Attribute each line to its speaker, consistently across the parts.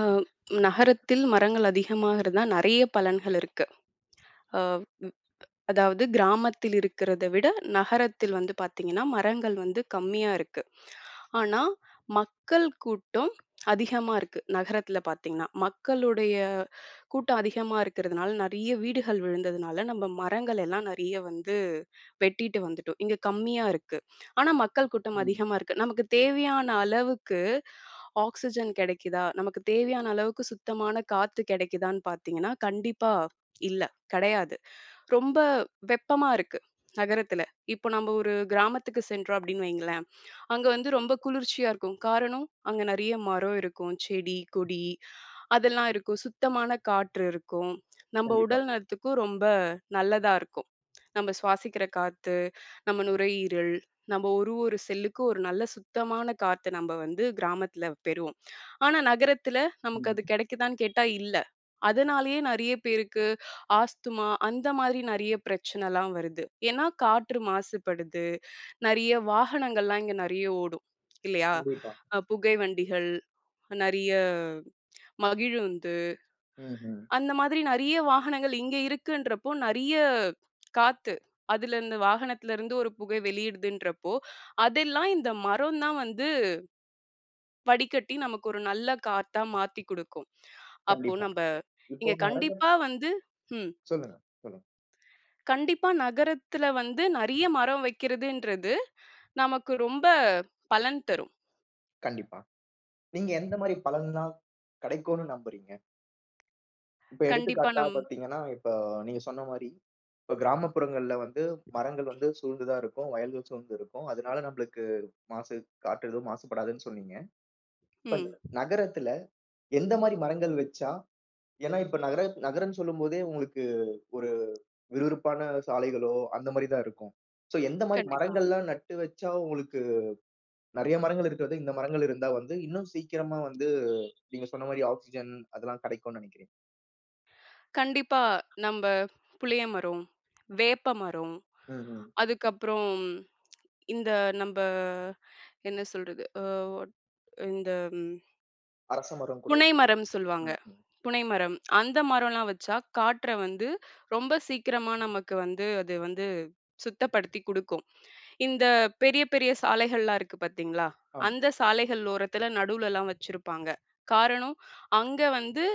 Speaker 1: அ நகரத்தில் மரங்கள் அதிகமாகிறதா நெறைய பலன்கள் இருக்கு. அ அதாவது கிராமத்தில் இருக்கிறத விட நகரத்தில் வந்து பார்த்தீங்கன்னா, மரங்கள் வந்து கம்மியா இருக்கு. ஆனா, மக்கள் கூட்டம் அதிகமா இருக்கு. நகரத்தில பார்த்தீங்கன்னா, மக்களுடைய கூட்டம் அதிகமா இருக்கிறதுனால, நெறைய வீடுகள் விழுந்ததுனால, நம்ம மரங்கள் எல்லாம் நெறைய வந்து வெட்டிட்டு வந்துட்டோம். இங்க கம்மியா இருக்கு. ஆனா, மக்கள் கூட்டம் அதிகமா இருக்கு. நமக்கு தேவையான அளவுக்கு ஆக்ஸிஜன் கெடைக்குதா? நமக்கு தேவையான அளவுக்கு சுத்தமான காத்து கெடைக்குதான்னு பார்த்தீங்கன்னா, கண்டிப்பா இல்ல. கெடையாது. ரொம்ப வெப்பமா இருக்கு நகரத்துல. இப்போ நம்ம ஒரு கிராமத்துக்கு சென்றோம் அப்படின்னு வைங்களேன், அங்க வந்து ரொம்ப குளிர்ச்சியா இருக்கும். காரணம், அங்க நிறைய மரம் இருக்கும். செடி, கொடி அதெல்லாம் இருக்கும். சுத்தமான காற்று இருக்கும். நம்ம உடல் நலத்துக்கும் ரொம்ப நல்லதா இருக்கும். நம்ம சுவாசிக்கிற காத்து, நம்ம நுரையீரல், நம்ம ஒரு ஒரு செல்லுக்கும் ஒரு நல்ல சுத்தமான காத்த நம்ம வந்து கிராமத்துல பெறுவோம். ஆனா நகரத்துல நமக்கு அது கிடைக்குதான்னு கேட்டா இல்ல. அதனாலேயே நிறைய பேருக்கு ஆஸ்துமா அந்த மாதிரி நிறைய பிரச்சனைலாம் வருது. ஏன்னா காற்று மாசுபடுது. நிறைய வாகனங்கள்லாம் இங்க நிறைய ஓடும் இல்லையா? புகை வண்டிகள், நிறைய மகிழுந்து. அந்த மாதிரி நெறைய வாகனங்கள் இங்க இருக்குன்றப்போ, நெறைய காத்து. அதுலருந்து வாகனத்துலருந்து ஒரு புகை வெளியிடுதுன்றப்போ, அதெல்லாம் இந்த மரம் தான் வந்து வடிகட்டி நமக்கு ஒரு நல்ல காத்தா மாத்தி குடுக்கும். அப்போ நம்ப இங்க கண்டிப்பா வந்து ம். கண்டிப்பா நகரத்துல வந்து நெறைய மரம் வைக்கிறதுன்றது, நமக்கு ரொம்ப பலன் தரும். கண்டிப்பா ம். கண்டிப்பா. கண்டிப்பா நம்ப புளிய மரம், வேப்ப மரம், அதுக்கப்புறம் இந்த நம்ப என்ன சொல்றது? அ ஒட் இந்த ம் புனை மரம் சொல்லுவாங்க. புனை மரம். அந்த மரம்லாம் வச்சா, காற்ற வந்து ரொம்ப சீக்கிரமா நமக்கு வந்து அது வந்து சுத்தப்படுத்தி குடுக்கும். இந்த பெரிய, பெரிய சாலைகள்லாம் இருக்கு பார்த்தீங்களா? அந்த சாலைகள் ஓரத்துல நடுவுலலாம் வச்சிருப்பாங்க. காரணம், அங்க வந்து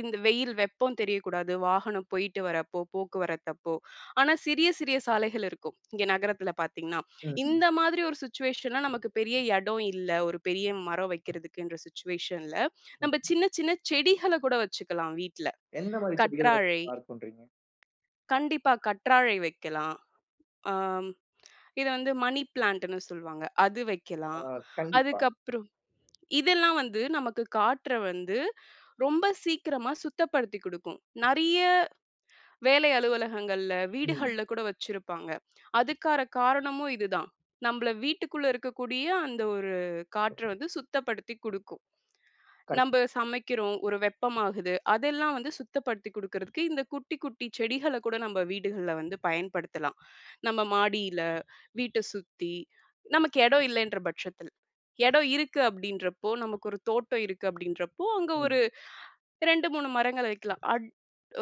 Speaker 1: இந்த வெயில் வெப்பம் தெரியக்கூடாது. வாகனம் போயிட்டு வரப்போ, போக்குவரத்தப்போ. ஆனா சிறிய, சிறிய சாலைகள் இருக்கும். இங்க நகரத்துல பார்த்தீங்கன்னா, இந்த மாதிரி ஒரு சிச்சுவேஷன்ல நமக்கு பெரிய இடம் இல்ல. ஒரு பெரிய மரம் வைக்கிறதுக்குன்ற சிச்சுவேஷன்ல, நம்ம சின்ன, சின்ன செடிகள கூட வச்சுக்கலாம் வீட்ல. கற்றாழை, கண்டிப்பா கற்றாழை வைக்கலாம். ஆ இத வந்து மணி பிளான்ட்ன்னு சொல்லுவாங்க. அது வைக்கலாம். அதுக்கப்புறம் இதெல்லாம் வந்து நமக்கு காற்ற வந்து ரொம்ப சீக்கிரமா சுத்தப்படுத்தி குடுக்கும். நெறைய வேலை அலுவலகங்கள்ல, வீடுகள்ல கூட வச்சிருப்பாங்க. அதுக்கான காரணமும் இதுதான். நம்பள வீட்டுக்குள்ள இருக்கக்கூடிய அந்த ஒரு காற்ற வந்து சுத்தப்படுத்தி குடுக்கும். நம்ப சமைக்கிறோம், ஒரு வெப்பமாகுது. அதெல்லாம் வந்து சுத்தப்படுத்தி குடுக்கறதுக்கு, இந்த குட்டி, குட்டி செடிகள கூட நம்ம வீடுகள்ல வந்து பயன்படுத்தலாம். நம்ம மாடியில, வீட்ட சுத்தி, நமக்கு எடம் இல்லைன்ற பட்சத்தில். எடம் இருக்கு அப்படின்றப்போ, நமக்கு ஒரு தோட்டம் இருக்கு அப்படின்றப்போ, அங்க ஒரு 2, 3 மரங்கள வைக்கலாம். அட்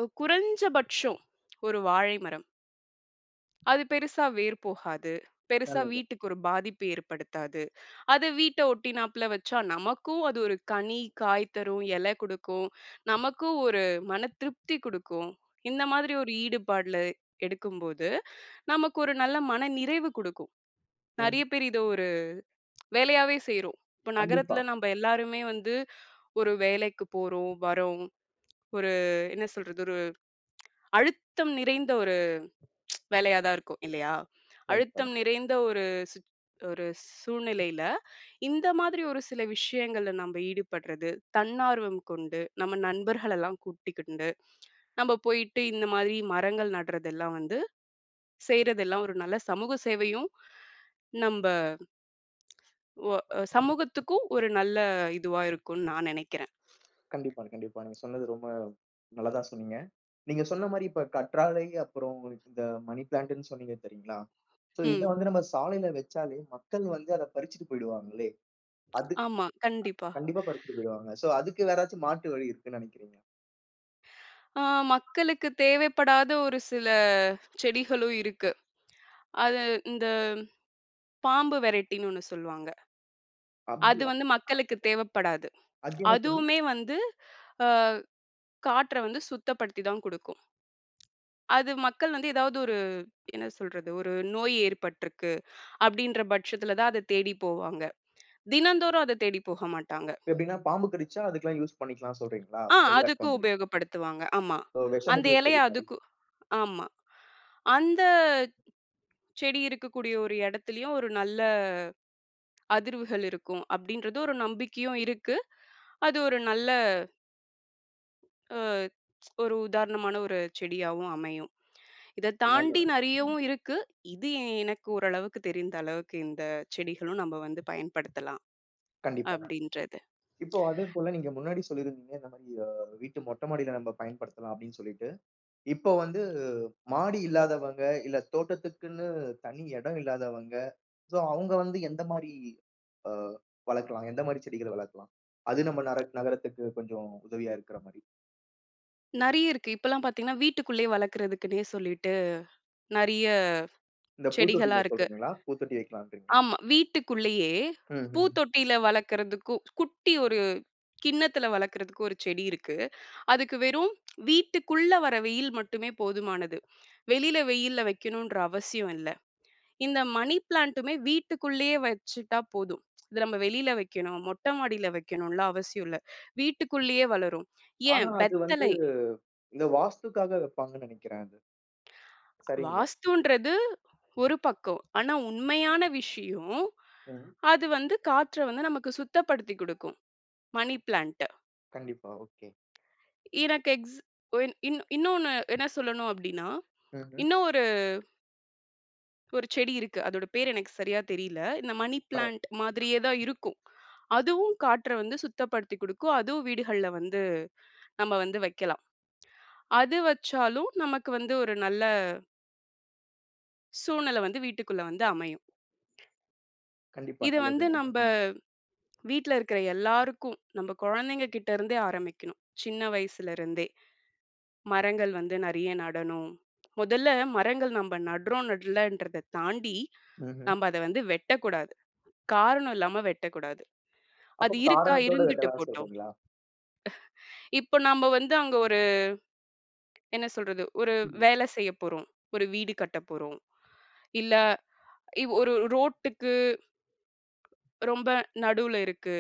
Speaker 1: அ குறைஞ்சபட்சம் ஒரு வாழை மரம். அது பெருசா வேர் போகாது. பெருசா வீட்டுக்கு ஒரு பாதிப்பு ஏற்படுத்தாது. அது வீட்ட ஒட்டினாப்ல வச்சா, நமக்கும் அது ஒரு கனி, காய் தரும், இலை குடுக்கும். நமக்கும் ஒரு மன திருப்தி குடுக்கும். இந்த மாதிரி ஒரு ஈடுபாடுல எடுக்கும்போது, நமக்கு ஒரு நல்ல மன நிறைவு குடுக்கும். நெறைய பேர் இத ஒரு வேலையாவே செய்றோம். இப்ப நகரத்துல நம்ப எல்லாருமே வந்து ஒரு வேலைக்கு போறோம், வரோம். ஒரு என்ன சொல்றது? ஒரு அழுத்தம் நிறைந்த ஒரு வேலையா தான் இருக்கும் இல்லையா? அழுத்தம் நிறைந்த ஒரு சுச் ஒரு சூழ்நிலையில, இந்த மாதிரி ஒரு சில விஷயங்கள்ல நம்ப ஈடுபடுறது, தன்னார்வம் கொண்டு, நம்ம நண்பர்களெல்லாம் கூட்டிக்கிண்டு, நம்ப போயிட்டு இந்த மாதிரி மரங்கள் நடுறதெல்லாம் வந்து, செய்றதெல்லாம் ஒரு நல்ல சமூக சேவையும், நம்ப ஒ அ சமூகத்துக்கும் ஒரு நல்ல இதுவா இருக்கும்னு நான் நெனைக்கிறேன். ம். ஆமா, கண்டிப்பா. ஆ மக்களுக்கு தேவைப்படாத ஒரு சில செடிகளும் இருக்கு. அது பாம்பு வெரைட்டின்னு ஒண்ணு சொல்லுவாங்க. அது வந்து மக்களுக்கு தேவைப்படாது. அதுவுமே வந்து அ காற்ற வந்து சுத்தப்படுத்தி தான் குடுக்கும். அது மக்கள் வந்து ஏதாவது ஒரு என்ன சொல்றது? ஒரு நோய் ஏற்பட்டிருக்கு அப்படின்ற பட்சத்துல தான் அத தேடி போவாங்க. தினந்தோறும் அத தேடி போக மாட்டாங்க. அதுக்கு உபயோகப்படுத்துவாங்க. ஆமா. அந்த இலைய அதுக்கு ஆமா. அந்த செடி இருக்கக்கூடிய ஒரு இடத்துலயும் ஒரு நல்ல அதிர்வுகள் இருக்கும் அப்படின்றது ஒரு நம்பிக்கையும் இருக்கு. அது ஒரு நல்ல அ ஒரு உதாரணமான ஒரு செடியாவும் அமையும். இத தாண்டி நெறையவும் இருக்கு. இது எனக்கு ஓரளவுக்கு தெரிந்த அளவுக்கு இந்த செடிகளும் நம்ம வந்து பயன்படுத்தலாம் அப்படின்றது. நெறைய இருக்கு. இப்பலாம் பார்த்தீங்கன்னா, வீட்டுக்குள்ளேயே வளர்க்கறதுக்குன்னே சொல்லிட்டு நெறைய செடிகளா இருக்கு. ஆமா. வீட்டுக்குள்ளேயே பூத்தொட்டியில வளர்க்கறதுக்கும், குட்டி ஒரு கிண்ணத்துல வளர்க்கறதுக்கு ஒரு செடி இருக்கு. அதுக்கு வெறும் வீட்டுக்குள்ள வர வெயில் மட்டுமே போதுமானது. வெளியில வெயில்ல வைக்கணுன்ற அவசியம் இல்ல. இந்த மணி பிளான்ட்டுமே வீட்டுக்குள்ளேயே வச்சுட்டா போதும். இது நம்ம வெளியில வைக்கணும், மொட்டை மாடியில வைக்கணும்லாம் அவசியம் இல்ல. வீட்டுக்குள்ளேயே வளரும். ஏன் வெத்தலை வாஸ்துன்றது ஒரு பக்கம். ஆனா உண்மையான விஷயம், அது வந்து காற்ற வந்து நமக்கு சுத்தப்படுத்தி குடுக்கும். Money plant. எனக்கு எக்ஸ் இன் இன் இன்னொன்னு என்ன சொல்லணும் அப்டின்னா, இன்னும் ஒரு ஒரு செடி இருக்கு. அதோட பேர் எனக்கு சரியா தெரியல. இந்த மணி பிளான்ட் மாதிரியே தான் இருக்கும். அதுவும் காற்ற வந்து சுத்தப்படுத்தி குடுக்கும். அதுவும் வீடுகள்ல வந்து நம்ம வந்து வைக்கலாம். அது வச்சாலும் நமக்கு வந்து ஒரு நல்ல சூழ்நிலை வந்து வீட்டுக்குள்ள வந்து அமையும். இது வந்து நம்ப வீட்ல இருக்கிற எல்லாருக்கும், நம்ம குழந்தைங்க கிட்ட இருந்தே ஆரம்பிக்கணும். சின்ன வயசுல இருந்தே. மரங்கள் வந்து நெறைய நடணும். முதல்ல மரங்கள் நம்ம நடுறோம், நடலன்றத தாண்டி, நம்ம அத வந்து வெட்டக்கூடாது. காரணம் இல்லாம வெட்டக்கூடாது. அது இருக்கா இருந்துட்டு போட்டோம். இப்போ நம்ம வந்து அங்க ஒரு என்ன சொல்றது? ஒரு வேலை செய்ய போறோம். ஒரு வீடு கட்டப் போறோம். இல்ல இவ் ஒரு ரோட்டுக்கு ரொம்ப நடுவுல இருக்கு.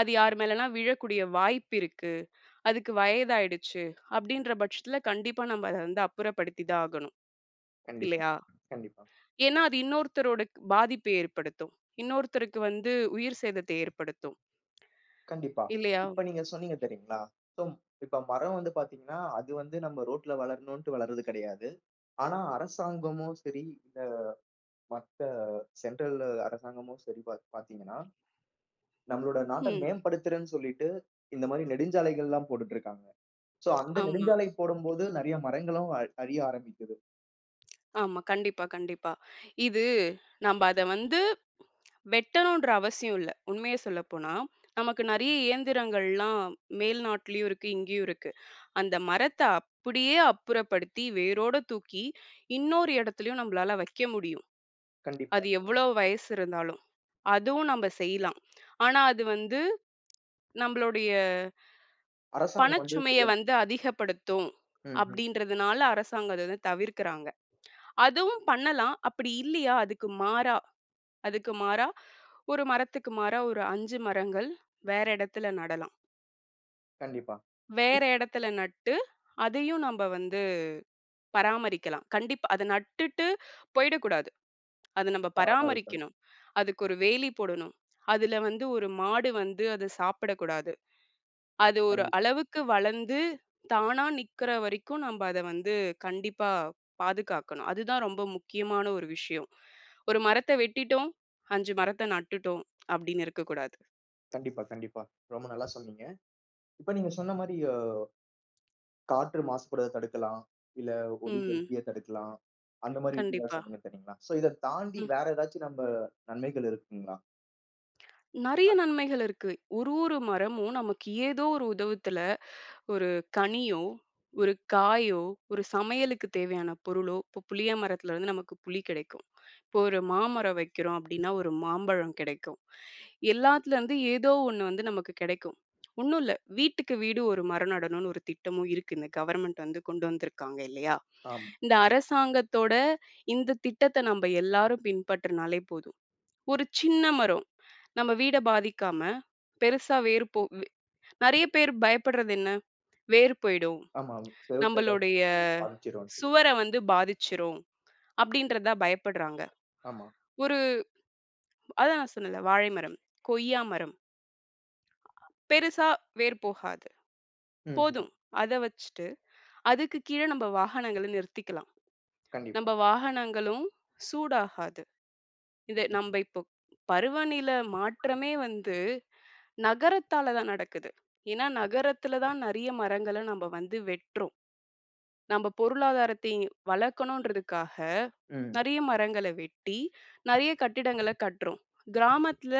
Speaker 1: அது யார் மேலனா விழக்கூடிய வாய்ப்பு இருக்கு. அதுக்கு வயதாயிடுச்சு. அப்படின்ற பட்சத்துல கண்டிப்பா நம்ம அத வந்து அப்புறப்படுத்தி தான் ஆகணும். இல்லையா? ஏன்னா, அது இன்னொருத்தரோட பாதிப்பை ஏற்படுத்தும். இன்னொருத்தருக்கு வந்து உயிர் சேதத்தை ஏற்படுத்தும். இல்லையா? ம். ஆமா, ஆமா. கண்டிப்பா, கண்டிப்பா. இது நம்ம அத வந்து வெட்டணுன்ற அவசியம் இல்ல. உண்மைய சொல்லப்போனா, நமக்கு நெறைய இயந்திரங்கள்லாம் மேல் நாட்டிலயும் இருக்கு, இங்கேயும் இருக்கு. அந்த மரத்த அப்படியே அப்புறப்படுத்தி, வேரோட தூக்கி, இன்னொரு இடத்துலயும் நம்மளால வைக்க முடியும். அது எவ்வளோ வயசு இருந்தாலும். அதுவும் நம்ம செய்யலாம். ஆனா, அது வந்து நம்மளுடைய பணச்சுமைய வந்து அதிகப்படுத்தும் அப்படின்றதுனால அரசாங்கம் அத வந்து தவிர்க்கிறாங்க. அதுவும் பண்ணலாம். அப்படி இல்லையா, அதுக்கு மாறா அதுக்கு மாறா, ஒரு மரத்துக்கு மாறா ஒரு 5 மரங்கள் வேற இடத்துல நடலாம். வேற இடத்துல நட்டு, அதையும் நம்ப வந்து பராமரிக்கலாம். கண்டிப்பா. அத நட்டுட்டு போயிடக்கூடாது. அத நம்ம பராமரிக்கணும். அதுக்கு ஒரு வேலி போடணும். அதுல வந்து ஒரு மாடு வந்து அத சாப்பிடக்கூடாது. அது ஒரு அளவுக்கு வளர்ந்து, தானா நிக்கிற வரைக்கும் நம்ப அத வந்து கண்டிப்பா பாதுகாக்கணும். அதுதான் ரொம்ப முக்கியமான ஒரு விஷயம். ஒரு மரத்த வெட்டிட்டோம், 5 மரத்த நட்டுட்டோம் அப்படின்னு இருக்கக்கூடாது. ம். கண்டிப்பா. ம். நெறைய நன்மைகள் இருக்கு. ஒரு ஒரு மரமும் நமக்கு ஏதோ ஒரு உதவத்துல ஒரு கனியோ, ஒரு காயோ, ஒரு சமையலுக்கு தேவையான பொருளோ இப்போ புளிய மரத்துலருந்து நமக்கு புளி கிடைக்கும். இப்போ ஒரு மாமரம் வைக்கிறோம் அப்டின்னா, ஒரு மாம்பழம் கிடைக்கும். எல்லாத்துலருந்து ஏதோ ஒண்ணு வந்து நமக்கு கிடைக்கும். ஒண்ணும் இல்ல. வீட்டுக்கு வீடு ஒரு மரம் நடணும்னு ஒரு திட்டமும் இருக்கு. இந்த கவர்மெண்ட் வந்து கொண்டு வந்திருக்காங்க இல்லையா? இந்த அரசாங்கத்தோட இந்த திட்டத்த நம்ப எல்லாரும் பின்பற்றினாலே போதும். ஒரு சின்ன மரம் நம்ம வீட பாதிக்காம, பெருசா வேர் போ வே நெறைய பேர் பயப்படுறது என்ன? வேர் போயிடும். நம்மளுடைய சுவர வந்து பாதிச்சுரும். அப்படின்றது தான் பயப்படுறாங்க. ஒரு அதான் நான் சொன்னேன்ல வாழை மரம், கொய்யா மரம். பெருசா வேர் போகாது. போதும். அத வச்சுட்டு, அதுக்கு கீழ நம்ம வாகனங்கள நிறுத்திக்கலாம். நம்ம வாகனங்களும் சூடாகாது. இது நம்ம இப்போ பருவநில மாற்றமே வந்து நகரத்தால தான் நடக்குது. ஏன்னா நகரத்துல தான் நெறைய மரங்கள நம்ம வந்து வெட்றோம். நம்ம பொருளாதாரத்தை வளர்க்கணுன்றதுக்காக நிறைய மரங்கள வெட்டி, நிறைய கட்டிடங்கள கட்டுறோம். கிராமத்துல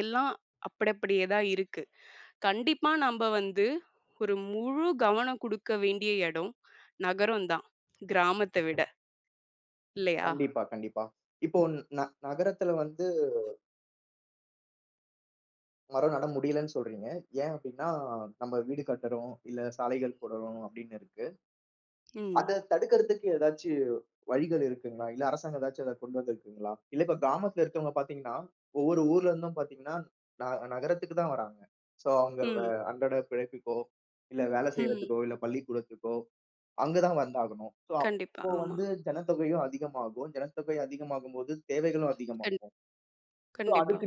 Speaker 1: எல்லாம் அப்படி அப்படியே தான் இருக்கு. கண்டிப்பா நம்ப வந்து ஒரு முழு கவனம் குடுக்க வேண்டிய எடம் நகரம் தான். கிராமத்த விட. இல்லையா? ம். ம். ம். கண்டிப்பா. ஆமா. கண் கண்டிப்பா.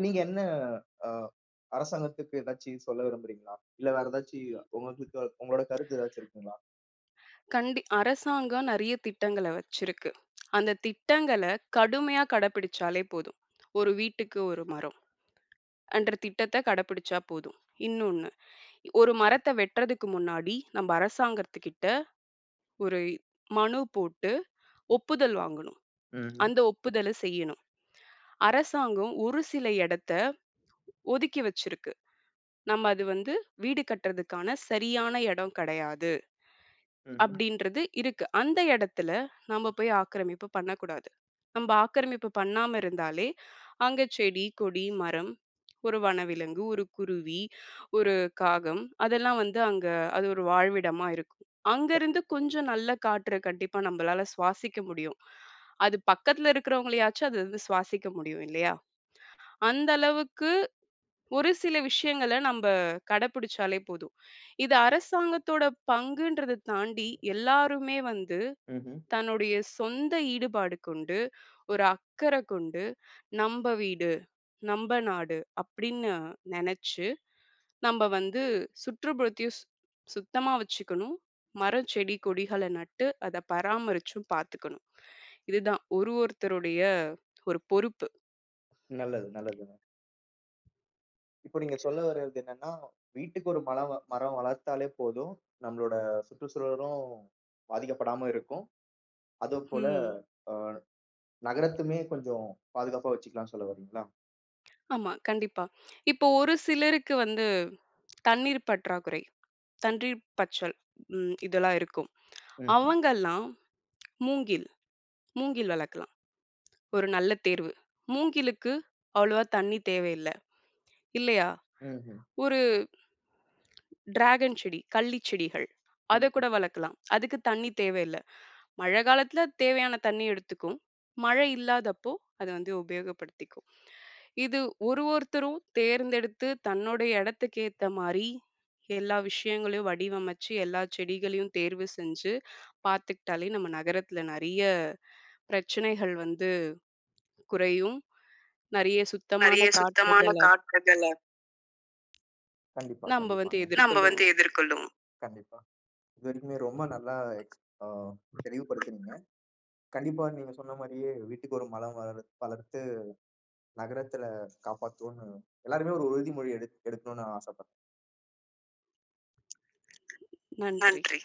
Speaker 1: அரசாங்கம் நெறைய திட்டங்கள வச்சிருக்கு. அந்த திட்டங்கள கடுமையா கடைப்பிடிச்சாலே போதும். ஒரு வீட்டுக்கு ஒரு மரம். என்ற திட்டத்த கடைப்பிடிச்சா போதும். இன்னொன்னு, ஒரு மரத்த வெட்றதுக்கு முன்னாடி நம்ம அரசாங்கத்துக்கிட்ட ஒரு மனு போட்டு ஒப்புதல் வாங்கணும். அந்த ஒப்புதல செய்யணும். அரசாங்கம் ஒரு சில இடத்த ஒதுக்கி வச்சிருக்கு. நம்ம அது வந்து வீடு கட்டுறதுக்கான சரியான இடம் கிடையாது. அப்படின்றது இருக்கு. அந்த இடத்துல நம்ம போய் ஆக்கிரமிப்பு பண்ணக்கூடாது. நம்ம ஆக்கிரமிப்பு பண்ணாம இருந்தாலே, அங்க செடி, கொடி, மரம், ஒரு வனவிலங்கு, ஒரு குருவி, ஒரு காகம் அதெல்லாம் வந்து அங்க அது ஒரு வாழ்விடமா இருக்கும். அங்கருந்து கொஞ்சம் நல்ல காற்று கண்டிப்பா நம்மளால சுவாசிக்க முடியும். அது பக்கத்துல இருக்கிறவங்களையாச்சும் அது வந்து சுவாசிக்க முடியும் இல்லையா? அந்த அளவுக்கு ஒரு சில விஷயங்கள நம்ப கடைப்பிடிச்சாலே போதும். இது அரசாங்கத்தோட பங்குன்றத தாண்டி எல்லாருமே வந்து தன்னுடைய சொந்த ஈடுபாடு கொண்டு, ஒரு அக்கறை கொண்டு, "நம்ப வீடு, நம்ப நாடு" அப்படின்னு நெனச்சு, நம்ப வந்து சுற்றுப்புறத்தையும் சுத்தமா வச்சுக்கணும். மரம், செடி, கொடிகள நட்டு, அத பராமரிச்சும் பாத்துக்கணும். இதுதான் ஒரு ஒருத்தருடைய ஒரு பொறுப்பு. ம். ஆமா, கண்டிப்பா. இப்போ ஒரு சிலருக்கு வந்து தண்ணீர் பற்றாக்குறை, தண்ணீர் பச்சல் இதெல்லாம் இருக்கும். அவங்கல்லாம் மூங்கில், மூங்கில் வளர்க்கலாம். ஒரு நல்ல தேர்வு. மூங்கிலுக்கு அவ்வளவா தண்ணி தேவையில்ல. இல்லையா? ஒரு டிராகன் செடி, கள்ளி செடிகள். அத கூட வளர்க்கலாம். அதுக்கு தண்ணி தேவையில்ல. மழை காலத்துல தேவையான தண்ணி எடுத்துக்கும். மழை இல்லாதப்போ அத வந்து உபயோகப்படுத்திக்கும். இது ஒரு ஒருத்தரும் தேர்ந்தெடுத்து தன்னுடைய இடத்துக்கு ஏத்த மாரி எல்லா விஷயங்களையும் வடிவமைச்சு, எல்லா செடிகளையும் தேர்வு செஞ்சு பார்த்துக்கிட்டாலே நம்ம நகரத்துல நெறைய பிரச்சனைகள் வந்து குறையும். நெறைய சுத்தமான
Speaker 2: நெறைய சுத்தமான
Speaker 1: காற்றுகள
Speaker 2: காற்றுகள
Speaker 1: நம்ம வந்து
Speaker 2: நம்ம
Speaker 1: எதிர்கொள்ளுவோம்.
Speaker 2: வந்து எதிர்கொள்ளுவோம்.
Speaker 1: நன்றி.
Speaker 2: நன்றி.